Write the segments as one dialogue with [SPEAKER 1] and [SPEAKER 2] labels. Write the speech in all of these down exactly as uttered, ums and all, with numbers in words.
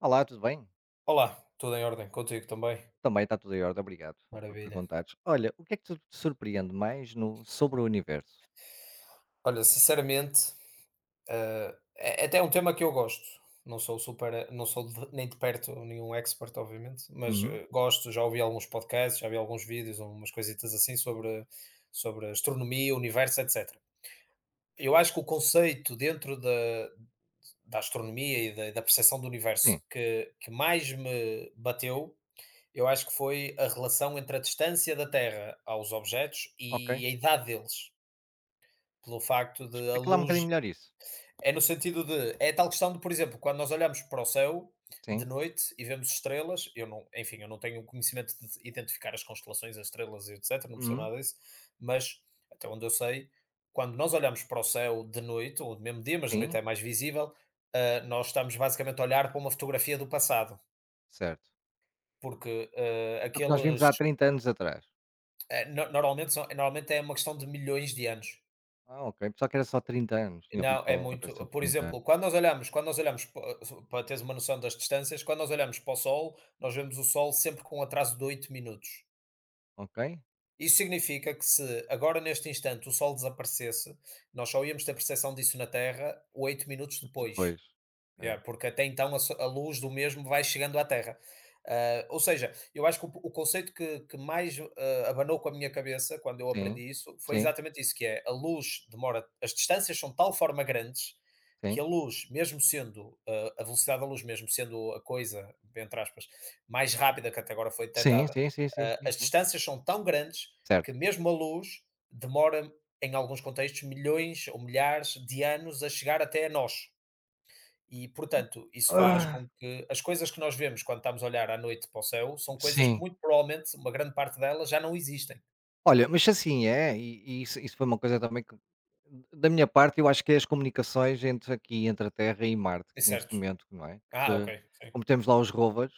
[SPEAKER 1] Olá, tudo bem?
[SPEAKER 2] Olá, tudo em ordem, contigo também?
[SPEAKER 1] Também está tudo em ordem, obrigado por
[SPEAKER 2] Maravilha.
[SPEAKER 1] perguntares. Olha, o que é que te te surpreende mais no, sobre o universo?
[SPEAKER 2] Olha, sinceramente, eh, é é até um tema que eu gosto. Não sou super, não sou de- nem de perto nenhum expert, obviamente, mas
[SPEAKER 1] Uhum,
[SPEAKER 2] eh, gosto. Já ouvi alguns podcasts, já vi alguns vídeos, umas coisitas assim sobre, sobre astronomia, universo, etcétera. Eu acho que o conceito dentro da, da astronomia e da, da percepção do universo
[SPEAKER 1] sim,
[SPEAKER 2] que, que mais me bateu, eu acho que foi a relação entre a distância da Terra aos objetos
[SPEAKER 1] ok.
[SPEAKER 2] e a idade deles. Pelo facto de a
[SPEAKER 1] Explica lá um bocadinho
[SPEAKER 2] luz
[SPEAKER 1] melhor isso.
[SPEAKER 2] é no sentido de é tal questão de, por exemplo, quando nós olhamos para o céu de
[SPEAKER 1] Sim,
[SPEAKER 2] noite e vemos estrelas, eu não enfim, eu não tenho conhecimento de identificar as constelações, as estrelas e etcétera, não percebo
[SPEAKER 1] uhum,
[SPEAKER 2] nada disso. Mas até onde eu sei, quando nós olhamos para o céu de noite, ou do mesmo dia, mas de noite
[SPEAKER 1] sim,
[SPEAKER 2] é mais visível, ah, nós estamos basicamente a olhar para uma fotografia do passado,
[SPEAKER 1] certo.
[SPEAKER 2] porque, ah,
[SPEAKER 1] É O que nós vimos
[SPEAKER 2] aqueles,
[SPEAKER 1] há trinta anos atrás.
[SPEAKER 2] eh, no normalmente são normalmente é uma questão de milhões de anos.
[SPEAKER 1] Ah, ok. Pessoal que era só trinta anos, tinha ouvido
[SPEAKER 2] Não, é
[SPEAKER 1] falar uma coisa
[SPEAKER 2] muito
[SPEAKER 1] sobre
[SPEAKER 2] por
[SPEAKER 1] trinta anos.
[SPEAKER 2] exemplo, quando nós olhamos quando nós olhamos pa para teres uma noção das distâncias, quando nós olhamos para o Sol, nós vemos o Sol sempre com um atraso de oito minutos.
[SPEAKER 1] Ok?
[SPEAKER 2] Isso significa que se agora neste instante o Sol desaparecesse, nós só íamos ter perceção disso na Terra oito minutos depois.
[SPEAKER 1] Depois. Ok.
[SPEAKER 2] Yeah, porque até então a, so- a luz do mesmo vai chegando à Terra. Ah, ou seja, eu acho que o, o conceito que, que mais ah, abanou com a minha cabeça quando eu
[SPEAKER 1] Sim,
[SPEAKER 2] aprendi isso foi
[SPEAKER 1] sim,
[SPEAKER 2] exatamente isso, que é a luz demora, as distâncias são de tal forma grandes que
[SPEAKER 1] sim.
[SPEAKER 2] a luz, mesmo sendo ah, a velocidade da luz, mesmo sendo a coisa, entre aspas, mais rápida que até agora foi
[SPEAKER 1] Sim,
[SPEAKER 2] detectada,
[SPEAKER 1] sim, sim, sim,
[SPEAKER 2] ah,
[SPEAKER 1] sim,
[SPEAKER 2] as
[SPEAKER 1] sim.
[SPEAKER 2] distâncias são tão grandes que
[SPEAKER 1] Certo.
[SPEAKER 2] mesmo a luz demora, em alguns contextos, milhões ou milhares de anos a chegar até a nós. E, portanto, isso faz
[SPEAKER 1] Ah,
[SPEAKER 2] com que as coisas que nós vemos quando estamos a olhar à noite para o céu são coisas que,
[SPEAKER 1] sim.
[SPEAKER 2] muito provavelmente, uma grande parte delas já não existem.
[SPEAKER 1] Olha, mas assim é, e e isso isso foi uma coisa também que, da minha parte, eu acho que é as comunicações entre aqui, entre a Terra e Marte,
[SPEAKER 2] É
[SPEAKER 1] que neste
[SPEAKER 2] certo.
[SPEAKER 1] momento, não é?
[SPEAKER 2] Ah, ok,
[SPEAKER 1] Que,
[SPEAKER 2] sim.
[SPEAKER 1] como temos lá os rovers,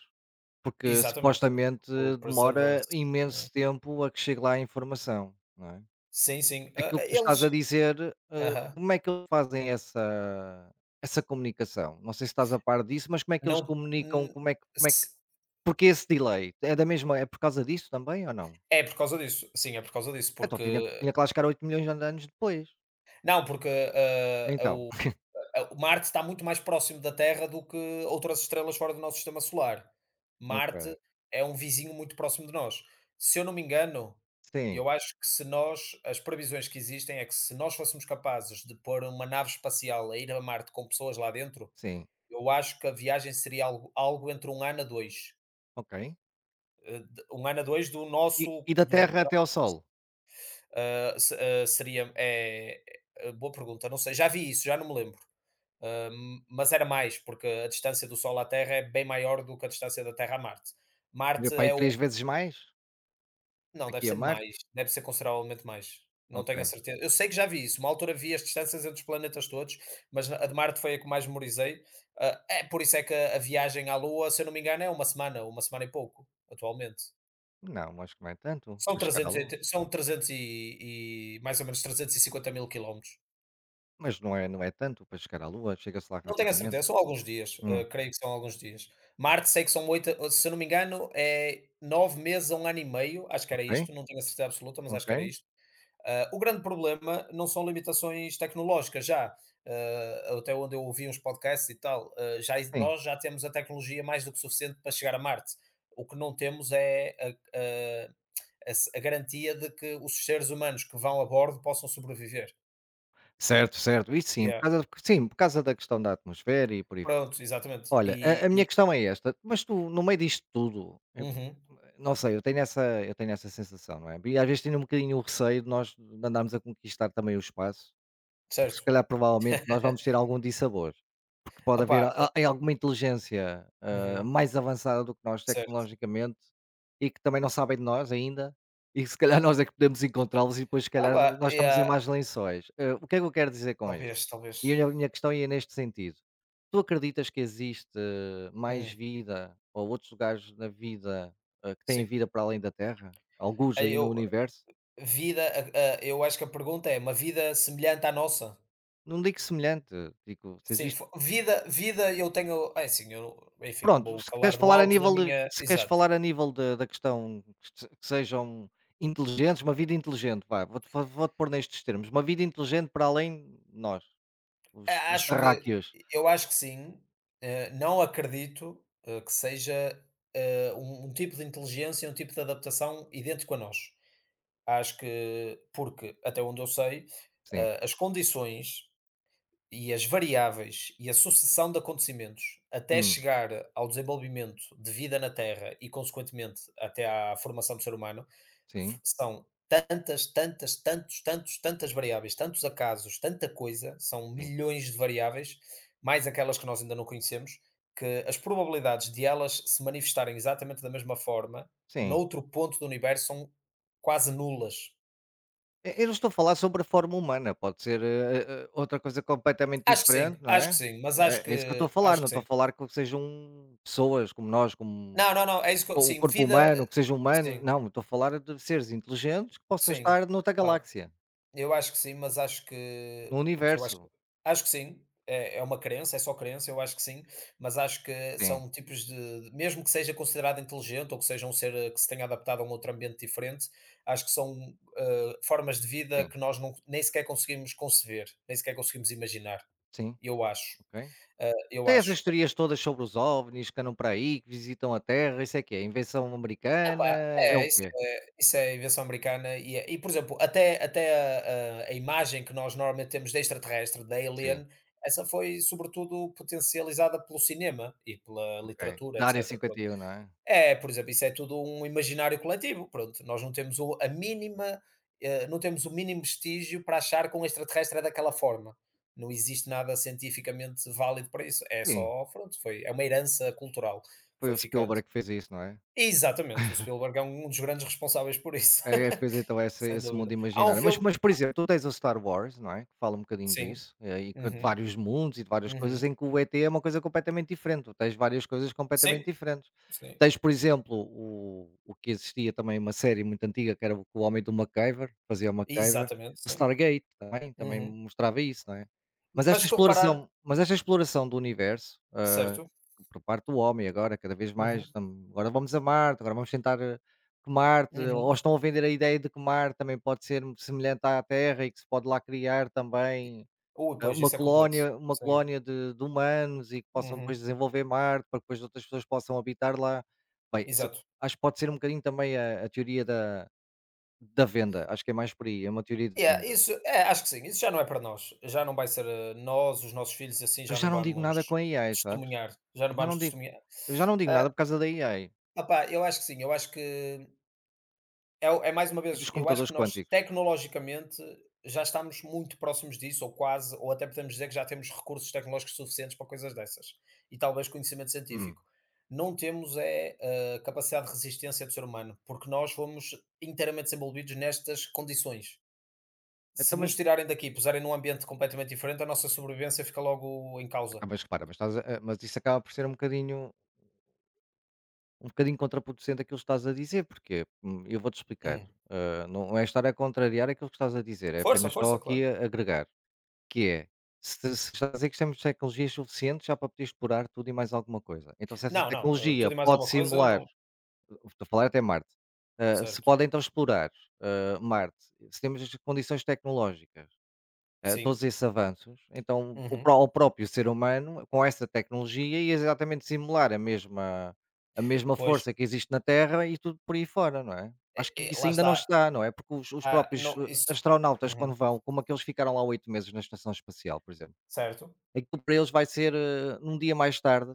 [SPEAKER 1] porque
[SPEAKER 2] Exatamente.
[SPEAKER 1] supostamente
[SPEAKER 2] O
[SPEAKER 1] demora
[SPEAKER 2] Perseverance. É.
[SPEAKER 1] imenso tempo a que chegue lá a informação, não é?
[SPEAKER 2] Sim, sim. Ah,
[SPEAKER 1] Aquilo
[SPEAKER 2] ah,
[SPEAKER 1] que tu estás
[SPEAKER 2] eles
[SPEAKER 1] a dizer, eh,
[SPEAKER 2] aham.
[SPEAKER 1] como é que eles fazem essa essa comunicação? Não sei se estás a par disso, mas como é que eles
[SPEAKER 2] Não,
[SPEAKER 1] comunicam?
[SPEAKER 2] hum,
[SPEAKER 1] Como é que como é que
[SPEAKER 2] se
[SPEAKER 1] porque esse delay? É da mesma é por causa disso também ou não?
[SPEAKER 2] é por causa disso. Sim, é por causa disso,
[SPEAKER 1] Então
[SPEAKER 2] porque
[SPEAKER 1] tinha tinha que lá chegar oito milhões de anos depois.
[SPEAKER 2] não, porque, ah,
[SPEAKER 1] Então,
[SPEAKER 2] a o Marte está muito mais próximo da Terra do que outras estrelas fora do nosso sistema solar. Marte
[SPEAKER 1] ok.
[SPEAKER 2] é um vizinho muito próximo de nós. Se eu não me engano,
[SPEAKER 1] Sim,
[SPEAKER 2] eu acho que se nós as previsões que existem é que se nós fôssemos capazes de pôr uma nave espacial a ir a Marte com pessoas lá dentro,
[SPEAKER 1] sim,
[SPEAKER 2] eu acho que a viagem seria algo algo entre um ano a dois.
[SPEAKER 1] ok.
[SPEAKER 2] Eh, de um ano a dois do
[SPEAKER 1] E
[SPEAKER 2] nosso
[SPEAKER 1] e da
[SPEAKER 2] do
[SPEAKER 1] Terra até ao Sol?
[SPEAKER 2] hã, se hã, seria. É é- boa pergunta, não sei, já vi isso, já não me lembro. Hum, mas era mais, porque a distância do Sol à Terra é bem maior do que a distância da Terra a Marte.
[SPEAKER 1] Era
[SPEAKER 2] Marte
[SPEAKER 1] para aí
[SPEAKER 2] é o.
[SPEAKER 1] três vezes mais?
[SPEAKER 2] Não, deve
[SPEAKER 1] Aqui a
[SPEAKER 2] ser
[SPEAKER 1] Marte?
[SPEAKER 2] mais. Deve ser consideravelmente mais. Não tenho a
[SPEAKER 1] Ok.
[SPEAKER 2] certeza. Eu sei que já vi isso. Uma altura vi as distâncias entre os planetas todos, mas a de Marte foi a que mais memorizei. Ah, é por isso é que a viagem à Lua, se eu não me engano, é uma semana, uma semana e pouco, atualmente.
[SPEAKER 1] Não, acho que não é tanto
[SPEAKER 2] São
[SPEAKER 1] para chegar à
[SPEAKER 2] trezentos, e
[SPEAKER 1] Lua.
[SPEAKER 2] oit- são trezentos e, e mais ou menos trezentos e cinquenta mil quilómetros.
[SPEAKER 1] Mas não é não é tanto para chegar à Lua, chega-se lá
[SPEAKER 2] Não tenho a
[SPEAKER 1] rapidamente.
[SPEAKER 2] certeza, são alguns dias,
[SPEAKER 1] Hum,
[SPEAKER 2] eh, creio que são alguns dias. Marte sei que são oito, se eu não me engano, é nove meses a um ano e meio, acho que era
[SPEAKER 1] ok,
[SPEAKER 2] isto, não tenho a certeza absoluta, mas acho que era
[SPEAKER 1] ok,
[SPEAKER 2] isto. Ah, o grande problema não são limitações tecnológicas já, ah, até onde eu ouvi uns podcasts e tal, ah, já ex
[SPEAKER 1] sim.
[SPEAKER 2] nós já temos a tecnologia mais do que suficiente para chegar a Marte. O que não temos é a a a se a garantia de que os seres humanos que vão a bordo possam sobreviver.
[SPEAKER 1] Certo, certo, isso sim, por
[SPEAKER 2] Yeah,
[SPEAKER 1] causa sim, por causa da questão da atmosfera e por aí.
[SPEAKER 2] pronto, exatamente.
[SPEAKER 1] Olha, a
[SPEAKER 2] E
[SPEAKER 1] a minha
[SPEAKER 2] e
[SPEAKER 1] questão é esta, mas tu no meio disto tudo, eu
[SPEAKER 2] uhum,
[SPEAKER 1] não sei, eu tenho essa eu tenho essa sensação, não é? E às vezes tenho um bocadinho o receio de nós andarmos a conquistar também o espaço, porque se
[SPEAKER 2] certo.
[SPEAKER 1] calhar provavelmente nós vamos ter algum dissabor, porque pode haver
[SPEAKER 2] Opá, eh,
[SPEAKER 1] a a alguma inteligência, hã,
[SPEAKER 2] uhum,
[SPEAKER 1] mais avançada do que nós
[SPEAKER 2] certo.
[SPEAKER 1] tecnologicamente, e que também não sabem de nós ainda, e que se calhar nós é que podemos encontrá-los e depois se
[SPEAKER 2] Ah,
[SPEAKER 1] calhar
[SPEAKER 2] pá
[SPEAKER 1] nós estamos em
[SPEAKER 2] yeah,
[SPEAKER 1] mais lençóis. Hã, o que é que eu quero dizer com isto?
[SPEAKER 2] talvez, talvez.
[SPEAKER 1] E a minha questão é neste sentido. Tu acreditas que existe mais
[SPEAKER 2] Hum,
[SPEAKER 1] vida ou outros lugares na vida, hã, que têm
[SPEAKER 2] sim.
[SPEAKER 1] vida para além da Terra? Algures
[SPEAKER 2] Aí
[SPEAKER 1] aí
[SPEAKER 2] eu
[SPEAKER 1] no universo?
[SPEAKER 2] vida, a a eu acho que a pergunta é: uma vida semelhante à nossa?
[SPEAKER 1] Não digo semelhante, digo se
[SPEAKER 2] Sim,
[SPEAKER 1] existe.
[SPEAKER 2] fo vida vida eu tenho é sim eu enfim,
[SPEAKER 1] Pronto,
[SPEAKER 2] vou
[SPEAKER 1] se queres
[SPEAKER 2] falar do
[SPEAKER 1] falar a
[SPEAKER 2] alto da
[SPEAKER 1] nível de
[SPEAKER 2] minha
[SPEAKER 1] se queres
[SPEAKER 2] exato.
[SPEAKER 1] falar a nível da da questão que se que sejam inteligentes, uma vida inteligente, vá, vou-te vou vou-te pôr nestes termos, uma vida inteligente para além de nós, os
[SPEAKER 2] A
[SPEAKER 1] os
[SPEAKER 2] acho que
[SPEAKER 1] terráqueos.
[SPEAKER 2] eu acho que sim, eh, não acredito, eh, que seja, eh, um um tipo de inteligência, um tipo de adaptação idêntico a nós. Acho que porque, até onde eu sei,
[SPEAKER 1] Sim.
[SPEAKER 2] eh, as condições e as variáveis e a sucessão de acontecimentos até
[SPEAKER 1] Hum,
[SPEAKER 2] chegar ao desenvolvimento de vida na Terra e, consequentemente, até à formação do ser humano,
[SPEAKER 1] sim,
[SPEAKER 2] f- são tantas, tantas, tantos, tantos, tantas variáveis, tantos acasos, tanta coisa, são
[SPEAKER 1] sim,
[SPEAKER 2] milhões de variáveis, mais aquelas que nós ainda não conhecemos, que as probabilidades de elas se manifestarem exatamente da mesma forma
[SPEAKER 1] sim.
[SPEAKER 2] noutro ponto do universo são quase nulas.
[SPEAKER 1] E eu não estou a falar sobre a forma humana, pode ser, eh eh, outra coisa completamente
[SPEAKER 2] Acho que sim,
[SPEAKER 1] diferente, não
[SPEAKER 2] acho que
[SPEAKER 1] é?
[SPEAKER 2] sim, mas acho
[SPEAKER 1] É é isso que eu estou a
[SPEAKER 2] que
[SPEAKER 1] falar,
[SPEAKER 2] acho
[SPEAKER 1] não
[SPEAKER 2] que
[SPEAKER 1] estou a
[SPEAKER 2] sim.
[SPEAKER 1] falar que sejam pessoas como nós, como
[SPEAKER 2] Não, não, não, é isso que eu
[SPEAKER 1] com o
[SPEAKER 2] sim,
[SPEAKER 1] corpo
[SPEAKER 2] vida, eh,
[SPEAKER 1] humano, que sejam humanos,
[SPEAKER 2] sim,
[SPEAKER 1] não, eu estou a falar de seres inteligentes que possam
[SPEAKER 2] sim,
[SPEAKER 1] estar noutra
[SPEAKER 2] pá,
[SPEAKER 1] galáxia.
[SPEAKER 2] eu acho que sim, mas acho que
[SPEAKER 1] No
[SPEAKER 2] o que eu acho que
[SPEAKER 1] universo.
[SPEAKER 2] acho que sim, é é uma crença, é só crença, eu acho que sim, mas acho que
[SPEAKER 1] Sim,
[SPEAKER 2] são tipos de de- mesmo que seja considerado inteligente ou que seja um ser eh, que se tenha adaptado a um outro ambiente diferente, acho que são, eh, formas de vida
[SPEAKER 1] sim,
[SPEAKER 2] que nós não nem sequer conseguimos conceber, nem sequer conseguimos imaginar,
[SPEAKER 1] sim,
[SPEAKER 2] eu acho,
[SPEAKER 1] ok.
[SPEAKER 2] eh, eu
[SPEAKER 1] Tem
[SPEAKER 2] acho.
[SPEAKER 1] essas teorias todas sobre os OVNIs que andam para aí, que visitam a Terra, isso é que é Invenção americana?
[SPEAKER 2] Pá,
[SPEAKER 1] É
[SPEAKER 2] é,
[SPEAKER 1] o
[SPEAKER 2] isso
[SPEAKER 1] quê?
[SPEAKER 2] é isso é invenção americana e é e, por exemplo, até até a a a imagem que nós normalmente temos de extraterrestre, da
[SPEAKER 1] Sim,
[SPEAKER 2] alien, essa foi sobretudo potencializada pelo cinema e pela
[SPEAKER 1] ok.
[SPEAKER 2] literatura,
[SPEAKER 1] Da área
[SPEAKER 2] etcétera,
[SPEAKER 1] cinquenta
[SPEAKER 2] pronto.
[SPEAKER 1] e um não é?
[SPEAKER 2] É, por exemplo, isso é tudo um imaginário coletivo, pronto, nós não temos o a mínima, eh, não temos o mínimo vestígio para achar que um extraterrestre é daquela forma. Não existe nada cientificamente válido para isso, é
[SPEAKER 1] Sim,
[SPEAKER 2] só pronto, foi é uma herança cultural que
[SPEAKER 1] foi
[SPEAKER 2] foi
[SPEAKER 1] o
[SPEAKER 2] ficando.
[SPEAKER 1] Spielberg que fez isso, não é?
[SPEAKER 2] Exatamente, o Spielberg é um dos grandes responsáveis por isso.
[SPEAKER 1] É é, pois então essa
[SPEAKER 2] Sem
[SPEAKER 1] esse mundo
[SPEAKER 2] dúvida. Há um
[SPEAKER 1] imaginário. Mas
[SPEAKER 2] filme
[SPEAKER 1] mas, por exemplo, tu tens o Star Wars, não é, que fala um bocadinho
[SPEAKER 2] sim.
[SPEAKER 1] disso, eh, e que de
[SPEAKER 2] Uhum,
[SPEAKER 1] vários mundos e de várias coisas
[SPEAKER 2] uhum.
[SPEAKER 1] em que o E T é uma coisa completamente diferente, tu tens várias coisas completamente
[SPEAKER 2] Sim,
[SPEAKER 1] diferentes.
[SPEAKER 2] sim.
[SPEAKER 1] Tens, por exemplo, o o que existia também uma série muito antiga que era o o Homem do MacGyver, fazia o MacGyver,
[SPEAKER 2] Exatamente,
[SPEAKER 1] o
[SPEAKER 2] sim.
[SPEAKER 1] Stargate também também
[SPEAKER 2] Uhum.
[SPEAKER 1] mostrava isso, não é. Mas
[SPEAKER 2] Mas
[SPEAKER 1] esta
[SPEAKER 2] estou tu reparar
[SPEAKER 1] exploração mas esta exploração do universo, hã,
[SPEAKER 2] certo.
[SPEAKER 1] por parte do homem agora, cada vez
[SPEAKER 2] Uhum,
[SPEAKER 1] mais, tam agora vamos a Marte, agora vamos tentar eh, que Marte ou
[SPEAKER 2] uhum.
[SPEAKER 1] estão a vender a ideia de que Marte também pode ser semelhante à Terra e que se pode lá criar
[SPEAKER 2] E
[SPEAKER 1] também,
[SPEAKER 2] ui,
[SPEAKER 1] eh,
[SPEAKER 2] pois
[SPEAKER 1] uma
[SPEAKER 2] isso é complexo.
[SPEAKER 1] colónia uma
[SPEAKER 2] Sim.
[SPEAKER 1] colónia de de humanos e que possam depois
[SPEAKER 2] Uhum.
[SPEAKER 1] desenvolver Marte para que depois outras pessoas possam habitar lá. Bem, isso
[SPEAKER 2] Exato.
[SPEAKER 1] acho que pode ser um bocadinho também a a teoria da da venda, acho que é mais por aí, é uma teoria de
[SPEAKER 2] Yeah,
[SPEAKER 1] venda.
[SPEAKER 2] isso é, acho que sim, isso já não é para nós. Já não vai ser, eh, nós, os nossos filhos, assim,
[SPEAKER 1] Eu
[SPEAKER 2] já
[SPEAKER 1] já
[SPEAKER 2] não
[SPEAKER 1] não digo nada com
[SPEAKER 2] vamos
[SPEAKER 1] a AI, sabes?
[SPEAKER 2] testemunhar, já não
[SPEAKER 1] Eu já não
[SPEAKER 2] vamos
[SPEAKER 1] digo
[SPEAKER 2] testemunhar.
[SPEAKER 1] eu já não digo nada
[SPEAKER 2] Ah,
[SPEAKER 1] por causa da A I
[SPEAKER 2] opá, eu acho que sim, eu acho que É o é mais uma
[SPEAKER 1] e
[SPEAKER 2] vez.
[SPEAKER 1] dos
[SPEAKER 2] Eu acho
[SPEAKER 1] computadores
[SPEAKER 2] que nós
[SPEAKER 1] quânticos.
[SPEAKER 2] tecnologicamente já estamos muito próximos disso, ou quase, ou até podemos dizer que já temos recursos tecnológicos suficientes para coisas dessas, e talvez conhecimento
[SPEAKER 1] Hum.
[SPEAKER 2] científico. Não temos é a capacidade de resistência do ser humano, porque nós fomos inteiramente envolvidos nestas condições. Se
[SPEAKER 1] Então
[SPEAKER 2] nos
[SPEAKER 1] mas
[SPEAKER 2] tirarem daqui e puserem num ambiente completamente diferente, a nossa sobrevivência fica logo em causa.
[SPEAKER 1] então mas repara, mas estás a a- mas isso acaba por ser um bocadinho um bocadinho contraproducente aquilo que estás a dizer, porque Hum, eu vou-te explicar.
[SPEAKER 2] Hum.
[SPEAKER 1] Ah, não é estar a contrariar aquilo que estás a dizer, é
[SPEAKER 2] Força,
[SPEAKER 1] apenas só
[SPEAKER 2] força,
[SPEAKER 1] aqui
[SPEAKER 2] claro.
[SPEAKER 1] a agregar, que é, se, se estás a dizer que temos tecnologias suficientes já para poder explorar tudo e mais alguma coisa. Então, se essa
[SPEAKER 2] Não, não, eh,
[SPEAKER 1] tecnologia
[SPEAKER 2] tudo e mais
[SPEAKER 1] pode
[SPEAKER 2] alguma coisa,
[SPEAKER 1] simular,
[SPEAKER 2] não
[SPEAKER 1] estou a falar até Marte, ah, se
[SPEAKER 2] certo.
[SPEAKER 1] pode então explorar ah, Marte, se temos as condições tecnológicas eh,
[SPEAKER 2] Sim.
[SPEAKER 1] todos esses avanços, então o
[SPEAKER 2] Uhum.
[SPEAKER 1] pró o próprio ser humano, com essa tecnologia, ia exatamente simular a mesma a mesma
[SPEAKER 2] Pois,
[SPEAKER 1] força que existe na Terra e tudo por aí fora, não é? Acho
[SPEAKER 2] eh
[SPEAKER 1] que
[SPEAKER 2] eh,
[SPEAKER 1] isso
[SPEAKER 2] lá
[SPEAKER 1] ainda não
[SPEAKER 2] está.
[SPEAKER 1] está, não é? Porque os os
[SPEAKER 2] Ah,
[SPEAKER 1] próprios,
[SPEAKER 2] não,
[SPEAKER 1] eh,
[SPEAKER 2] isso
[SPEAKER 1] astronautas quando
[SPEAKER 2] uhum,
[SPEAKER 1] vão, como aqueles que ficaram lá oito meses na estação espacial, por exemplo,
[SPEAKER 2] certo.
[SPEAKER 1] aquilo para eles vai ser, eh, um dia mais tarde,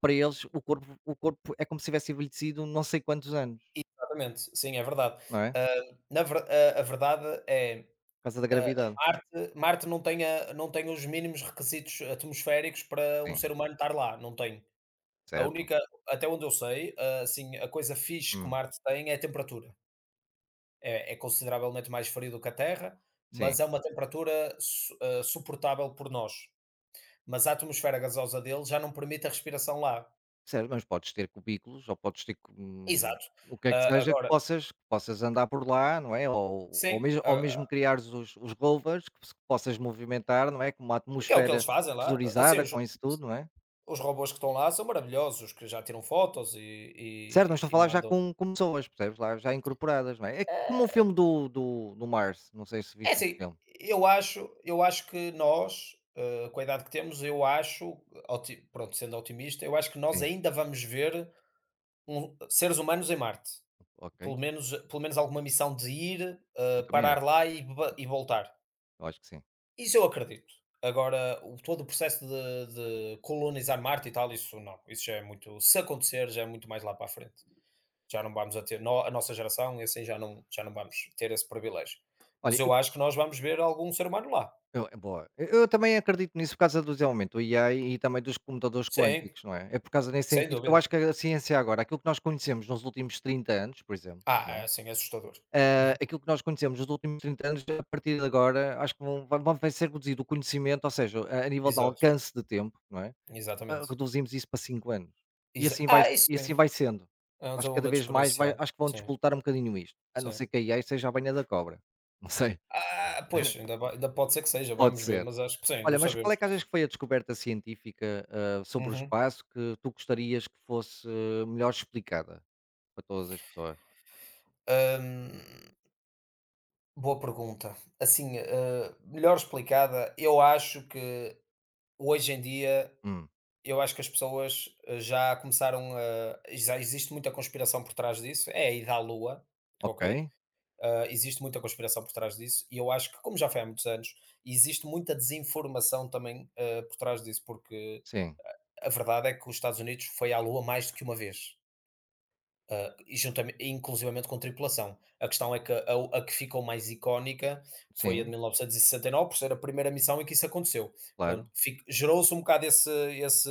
[SPEAKER 1] para eles o corpo o corpo é como se tivesse envelhecido não sei quantos anos,
[SPEAKER 2] Exatamente, sim, é verdade.
[SPEAKER 1] não é?
[SPEAKER 2] Ah, na ver a a verdade é,
[SPEAKER 1] Por causa da
[SPEAKER 2] ah,
[SPEAKER 1] gravidade.
[SPEAKER 2] Marte Marte não tem a não tem os mínimos requisitos atmosféricos para um
[SPEAKER 1] Sim,
[SPEAKER 2] ser humano estar lá, não tem. A
[SPEAKER 1] certo.
[SPEAKER 2] única até onde eu sei, ah, assim, a coisa fixe que
[SPEAKER 1] Hum,
[SPEAKER 2] Marte tem é a temperatura. É é consideravelmente mais frio do que a Terra, mas
[SPEAKER 1] sim.
[SPEAKER 2] é uma temperatura su ah, suportável por nós. Mas a atmosfera gasosa dele já não permite a respiração lá.
[SPEAKER 1] Certo, mas podes ter cubículos ou podes ter, hum,
[SPEAKER 2] Exato.
[SPEAKER 1] o que é que
[SPEAKER 2] Ah,
[SPEAKER 1] seja que
[SPEAKER 2] agora
[SPEAKER 1] possas que possas andar por lá, não é? Ou ou
[SPEAKER 2] sim.
[SPEAKER 1] mesmo ou mesmo criares os os rovers que se que possas movimentar, não é? Com uma
[SPEAKER 2] Que é o que eles
[SPEAKER 1] atmosfera
[SPEAKER 2] fazem lá. Assim,
[SPEAKER 1] pressurizada,
[SPEAKER 2] os,
[SPEAKER 1] com isso tudo, não é?
[SPEAKER 2] os robôs que estão lá são maravilhosos, os que já tiram fotos e,
[SPEAKER 1] Certo, mas
[SPEAKER 2] e-
[SPEAKER 1] estou a
[SPEAKER 2] e
[SPEAKER 1] falar já
[SPEAKER 2] mandam.
[SPEAKER 1] com com pessoas, percebes? Lá já incorporadas, não é? É como o
[SPEAKER 2] Eh,
[SPEAKER 1] filme do do do Mars, não sei se
[SPEAKER 2] É
[SPEAKER 1] viste esse
[SPEAKER 2] assim,
[SPEAKER 1] filme.
[SPEAKER 2] eu acho, eu acho que nós, eh, com a idade que temos, eu acho, oti- pronto, sendo otimista, eu acho que nós
[SPEAKER 1] Sim,
[SPEAKER 2] ainda vamos ver um- seres humanos em Marte. Pelo
[SPEAKER 1] ok.
[SPEAKER 2] menos, pelo menos alguma missão de ir,
[SPEAKER 1] Eu
[SPEAKER 2] eh,
[SPEAKER 1] também
[SPEAKER 2] parar
[SPEAKER 1] acho,
[SPEAKER 2] lá e, ba- e voltar.
[SPEAKER 1] eu acho que sim.
[SPEAKER 2] Isso eu acredito. Agora, o, todo o processo de, de colonizar Marte e tal, isso não. Isso já é muito. Se acontecer, já é muito mais lá para a frente. Já não vamos a ter, no- a nossa geração e assim já não, já não vamos ter esse privilégio. Mas
[SPEAKER 1] Olha.
[SPEAKER 2] eu acho que nós vamos ver algum ser humano lá.
[SPEAKER 1] Eu, eh, boa. Eu eu também acredito nisso por causa do desenvolvimento do I A e também dos computadores
[SPEAKER 2] Sim,
[SPEAKER 1] quânticos, não é? É por causa desse
[SPEAKER 2] sem
[SPEAKER 1] sentido que eu
[SPEAKER 2] dúvida.
[SPEAKER 1] acho que a ciência agora, aquilo que nós conhecemos nos últimos trinta anos, por exemplo,
[SPEAKER 2] Ah,
[SPEAKER 1] não
[SPEAKER 2] é
[SPEAKER 1] é?
[SPEAKER 2] assim, é assustador.
[SPEAKER 1] Ah, aquilo que nós conhecemos nos últimos trinta anos, a partir de agora, acho que vão, vão- vai ser reduzido o conhecimento, ou seja, a, a nível de
[SPEAKER 2] Exato,
[SPEAKER 1] alcance de tempo, não é? Ah,
[SPEAKER 2] exatamente.
[SPEAKER 1] reduzimos isso para cinco anos. E
[SPEAKER 2] Exa-
[SPEAKER 1] assim, vai,
[SPEAKER 2] ah, isso
[SPEAKER 1] e assim
[SPEAKER 2] sim.
[SPEAKER 1] vai sendo.
[SPEAKER 2] É um
[SPEAKER 1] Acho que cada
[SPEAKER 2] desenvolvimento
[SPEAKER 1] vez mais vai,
[SPEAKER 2] exponencial.
[SPEAKER 1] acho que vão
[SPEAKER 2] Sim,
[SPEAKER 1] disputar um bocadinho isto. A não
[SPEAKER 2] sim.
[SPEAKER 1] ser que a AI seja a banha da cobra. Não sei.
[SPEAKER 2] Ah, pois, ainda, vai- ainda pode ser que seja,
[SPEAKER 1] Pode
[SPEAKER 2] vamos ver,
[SPEAKER 1] ser.
[SPEAKER 2] mas acho que sim, não
[SPEAKER 1] Olha, mas qual
[SPEAKER 2] sabemos.
[SPEAKER 1] é que achas que foi a descoberta científica, ah, sobre o
[SPEAKER 2] Uhum.
[SPEAKER 1] espaço que tu gostarias que fosse melhor explicada para todas as pessoas?
[SPEAKER 2] Hum, boa pergunta. Assim, eh, melhor explicada, eu acho que hoje em dia
[SPEAKER 1] Hum,
[SPEAKER 2] eu acho que as pessoas, eh, já começaram a já existe muita conspiração por trás disso. É a ida à Lua, ok?
[SPEAKER 1] ok.
[SPEAKER 2] Ah, existe muita conspiração por trás disso e eu acho que, como já foi há muitos anos, existe muita desinformação também, ah, por trás disso, porque
[SPEAKER 1] Sim,
[SPEAKER 2] a verdade é que os Estados Unidos foi à Lua mais do que uma vez. Ah, e juntame inclusivamente com tripulação. A questão é que a a que ficou mais icónica foi a de
[SPEAKER 1] sim,
[SPEAKER 2] mil novecentos e sessenta e nove, por ser a primeira missão em que isso aconteceu.
[SPEAKER 1] claro.
[SPEAKER 2] Pronto, fic gerou-se um bocado esse esse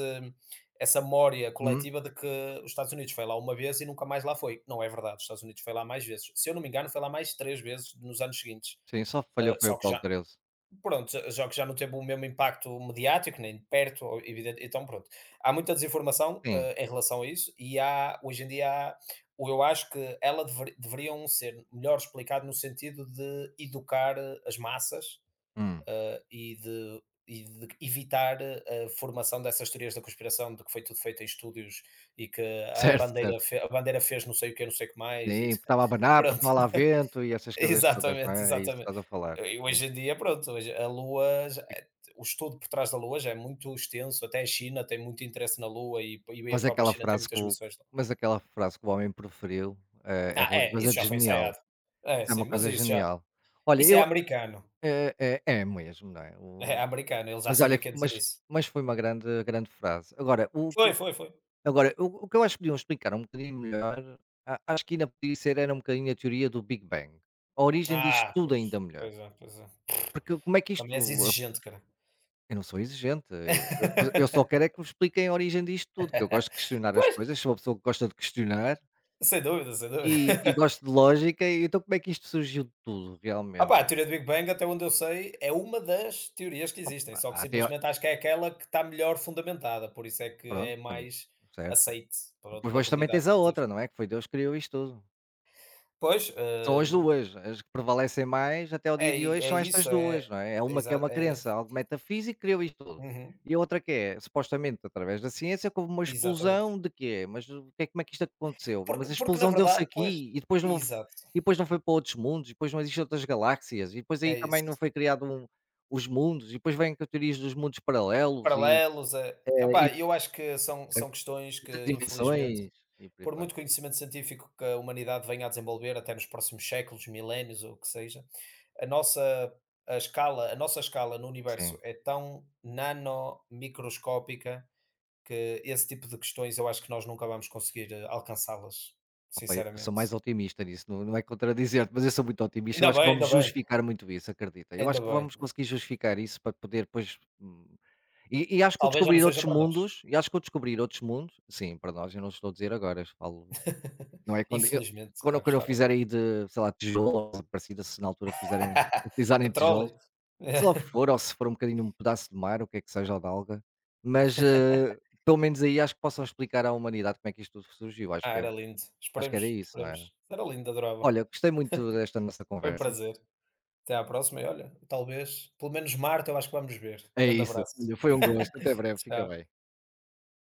[SPEAKER 2] essa memória
[SPEAKER 1] Hum,
[SPEAKER 2] coletiva de que os Estados Unidos foi lá uma vez e nunca mais lá foi. Não é verdade, os Estados Unidos foi lá mais vezes. Se eu não me engano, foi lá mais três vezes nos anos seguintes,
[SPEAKER 1] sim, só falhou
[SPEAKER 2] ah,
[SPEAKER 1] foi o
[SPEAKER 2] só que
[SPEAKER 1] Paulo
[SPEAKER 2] já,
[SPEAKER 1] Treze.
[SPEAKER 2] pronto, jo- jogos já não teve o mesmo impacto mediático, nem de perto, ou evidente. Então, pronto, há muita desinformação
[SPEAKER 1] Sim,
[SPEAKER 2] eh, em relação a isso, e há, hoje em dia, há, ou eu acho que ela dever- deveriam ser melhor explicado no sentido de educar eh, as massas
[SPEAKER 1] hum,
[SPEAKER 2] eh, e, de, e de evitar eh, a formação dessas teorias da conspiração, de que foi tudo feito em estúdios e que a
[SPEAKER 1] certo,
[SPEAKER 2] bandeira,
[SPEAKER 1] certo.
[SPEAKER 2] fe- a bandeira fez não sei o que, não sei o que mais. E,
[SPEAKER 1] Sim, porque estava a abanar, porque
[SPEAKER 2] pronto.
[SPEAKER 1] não há lá vento e essas coisas todas, não
[SPEAKER 2] Exatamente,
[SPEAKER 1] é? É isso que
[SPEAKER 2] exatamente.
[SPEAKER 1] estás a falar.
[SPEAKER 2] E
[SPEAKER 1] Sim.
[SPEAKER 2] hoje em dia, pronto, hoje a Lua, já
[SPEAKER 1] E-
[SPEAKER 2] é o estudo por trás da Lua já é muito extenso, até a China tem muito interesse na Lua e e a
[SPEAKER 1] Mas
[SPEAKER 2] própria
[SPEAKER 1] aquela
[SPEAKER 2] China tem
[SPEAKER 1] frase que
[SPEAKER 2] muitas
[SPEAKER 1] o,
[SPEAKER 2] missões lá.
[SPEAKER 1] mas aquela frase que o homem preferiu eh, é
[SPEAKER 2] Ah,
[SPEAKER 1] qualquer
[SPEAKER 2] é,
[SPEAKER 1] coisa
[SPEAKER 2] isso
[SPEAKER 1] de
[SPEAKER 2] já foi
[SPEAKER 1] genial.
[SPEAKER 2] ensaiado. É,
[SPEAKER 1] Isso é
[SPEAKER 2] sim,
[SPEAKER 1] uma
[SPEAKER 2] mas
[SPEAKER 1] coisa
[SPEAKER 2] isso já
[SPEAKER 1] genial. Olha,
[SPEAKER 2] isso é
[SPEAKER 1] eu,
[SPEAKER 2] americano,
[SPEAKER 1] é, é, é mesmo, não é?
[SPEAKER 2] é americano, ele já
[SPEAKER 1] Mas olha
[SPEAKER 2] sabia que
[SPEAKER 1] que
[SPEAKER 2] ia dizer
[SPEAKER 1] mas
[SPEAKER 2] isso.
[SPEAKER 1] mas foi uma grande grande frase. Agora o que
[SPEAKER 2] Foi,
[SPEAKER 1] eu
[SPEAKER 2] foi, foi.
[SPEAKER 1] agora o o que eu acho que podiam explicar um bocadinho melhor, a acho que ainda podia ser era um bocadinho a teoria do Big Bang. A origem disto
[SPEAKER 2] Ah,
[SPEAKER 1] tudo ainda
[SPEAKER 2] pois,
[SPEAKER 1] melhor.
[SPEAKER 2] pois é, pois é.
[SPEAKER 1] Porque como é que isto
[SPEAKER 2] Também és exigente, cara.
[SPEAKER 1] eu não sou exigente, eu eu eu só quero é que me expliquem a origem disto tudo, que eu gosto de questionar as
[SPEAKER 2] Pois,
[SPEAKER 1] coisas, sou uma pessoa que gosta de questionar
[SPEAKER 2] sem dúvida, sem dúvida.
[SPEAKER 1] e e gosto de lógica, e então como é que isto surgiu de tudo
[SPEAKER 2] Ah
[SPEAKER 1] realmente?
[SPEAKER 2] pá, a teoria do Big Bang, até onde eu sei, é uma das teorias que existem,
[SPEAKER 1] Há
[SPEAKER 2] só que
[SPEAKER 1] há até ao-
[SPEAKER 2] simplesmente acho que é aquela que está melhor fundamentada, por isso é que
[SPEAKER 1] pronto,
[SPEAKER 2] é
[SPEAKER 1] também
[SPEAKER 2] mais
[SPEAKER 1] certo.
[SPEAKER 2] aceite pela
[SPEAKER 1] Depois
[SPEAKER 2] pela
[SPEAKER 1] depois também
[SPEAKER 2] comunidade
[SPEAKER 1] tens a outra,
[SPEAKER 2] científica.
[SPEAKER 1] não é, que foi Deus que criou isto tudo.
[SPEAKER 2] Pois,
[SPEAKER 1] São as
[SPEAKER 2] hum,
[SPEAKER 1] duas as que prevalecem mais até ao dia
[SPEAKER 2] é
[SPEAKER 1] de
[SPEAKER 2] i
[SPEAKER 1] hoje,
[SPEAKER 2] é
[SPEAKER 1] são estas
[SPEAKER 2] isso,
[SPEAKER 1] duas,
[SPEAKER 2] é
[SPEAKER 1] não é? É
[SPEAKER 2] é,
[SPEAKER 1] uma que é
[SPEAKER 2] exa
[SPEAKER 1] uma
[SPEAKER 2] é
[SPEAKER 1] crença, algo metafísico criou isto tudo.
[SPEAKER 2] uhum,
[SPEAKER 1] E a outra que é, supostamente através da ciência, que houve uma explosão
[SPEAKER 2] exatamente.
[SPEAKER 1] de quê? Mas o que é como é que isto aconteceu?
[SPEAKER 2] Porque
[SPEAKER 1] Mas a
[SPEAKER 2] porque na
[SPEAKER 1] explosão deu-se
[SPEAKER 2] verdade pois,
[SPEAKER 1] aqui e depois não houve
[SPEAKER 2] exato,
[SPEAKER 1] e depois não foi para outros mundos, e depois não existem outras galáxias, e depois aí
[SPEAKER 2] é
[SPEAKER 1] também não
[SPEAKER 2] isso.
[SPEAKER 1] foi criado um os mundos, e depois vêm com teorias dos mundos paralelos e,
[SPEAKER 2] Paralelos, eh,
[SPEAKER 1] eh, e
[SPEAKER 2] ah eu acho que são são questões
[SPEAKER 1] muitas
[SPEAKER 2] que infelizmente,
[SPEAKER 1] dimensões e por aí
[SPEAKER 2] por
[SPEAKER 1] fora.
[SPEAKER 2] muito conhecimento científico que a humanidade venha a desenvolver até nos próximos séculos, milénios ou o que seja, a nossa a escala, a nossa escala no universo
[SPEAKER 1] Sim.
[SPEAKER 2] é tão nanomicroscópica que esse tipo de questões eu acho que nós nunca vamos conseguir, eh, alcançá-las,
[SPEAKER 1] Opa, eu sou
[SPEAKER 2] sinceramente.
[SPEAKER 1] mais otimista nisso, não não é contradizer-te, mas eu sou muito otimista, eu
[SPEAKER 2] Ainda
[SPEAKER 1] acho
[SPEAKER 2] bem,
[SPEAKER 1] que vamos
[SPEAKER 2] ainda bem,
[SPEAKER 1] justificar muito isso, acredita. Eu acho
[SPEAKER 2] ainda
[SPEAKER 1] que
[SPEAKER 2] bem.
[SPEAKER 1] vamos conseguir justificar isso para poder depois, hum, e e acho que vou
[SPEAKER 2] Talvez já não
[SPEAKER 1] descobrir
[SPEAKER 2] seja
[SPEAKER 1] outros
[SPEAKER 2] para nós.
[SPEAKER 1] mundos e acho que vou descobrir outros mundos sim, para nós, eu não estou a dizer agora, eu falo não é quando eu
[SPEAKER 2] Infelizmente, pá,
[SPEAKER 1] quando quando eu
[SPEAKER 2] gostava muito.
[SPEAKER 1] fizer aí de, sei lá, tijolos ou parecida, se na altura fizerem utilizarem tijolos,
[SPEAKER 2] Petróleo.
[SPEAKER 1] se logo for, ou se for um bocadinho um pedaço de mar, o que é que seja, ou de alga, mas, eh, pelo menos aí acho que possam explicar à humanidade como é que isto tudo surgiu, acho
[SPEAKER 2] Ah,
[SPEAKER 1] que é
[SPEAKER 2] era lindo.
[SPEAKER 1] acho que era
[SPEAKER 2] Esperemos,
[SPEAKER 1] isso, não é?
[SPEAKER 2] esperemos. Era lindo, adorava.
[SPEAKER 1] Olha, gostei muito desta nossa
[SPEAKER 2] Foi um
[SPEAKER 1] conversa.
[SPEAKER 2] prazer. Até à próxima e olha, talvez, pelo menos Marte eu acho que vamos ver.
[SPEAKER 1] É
[SPEAKER 2] Grande
[SPEAKER 1] isso.
[SPEAKER 2] abraço.
[SPEAKER 1] Olha, foi um gosto. Até breve. Fica
[SPEAKER 2] Tchau.
[SPEAKER 1] bem.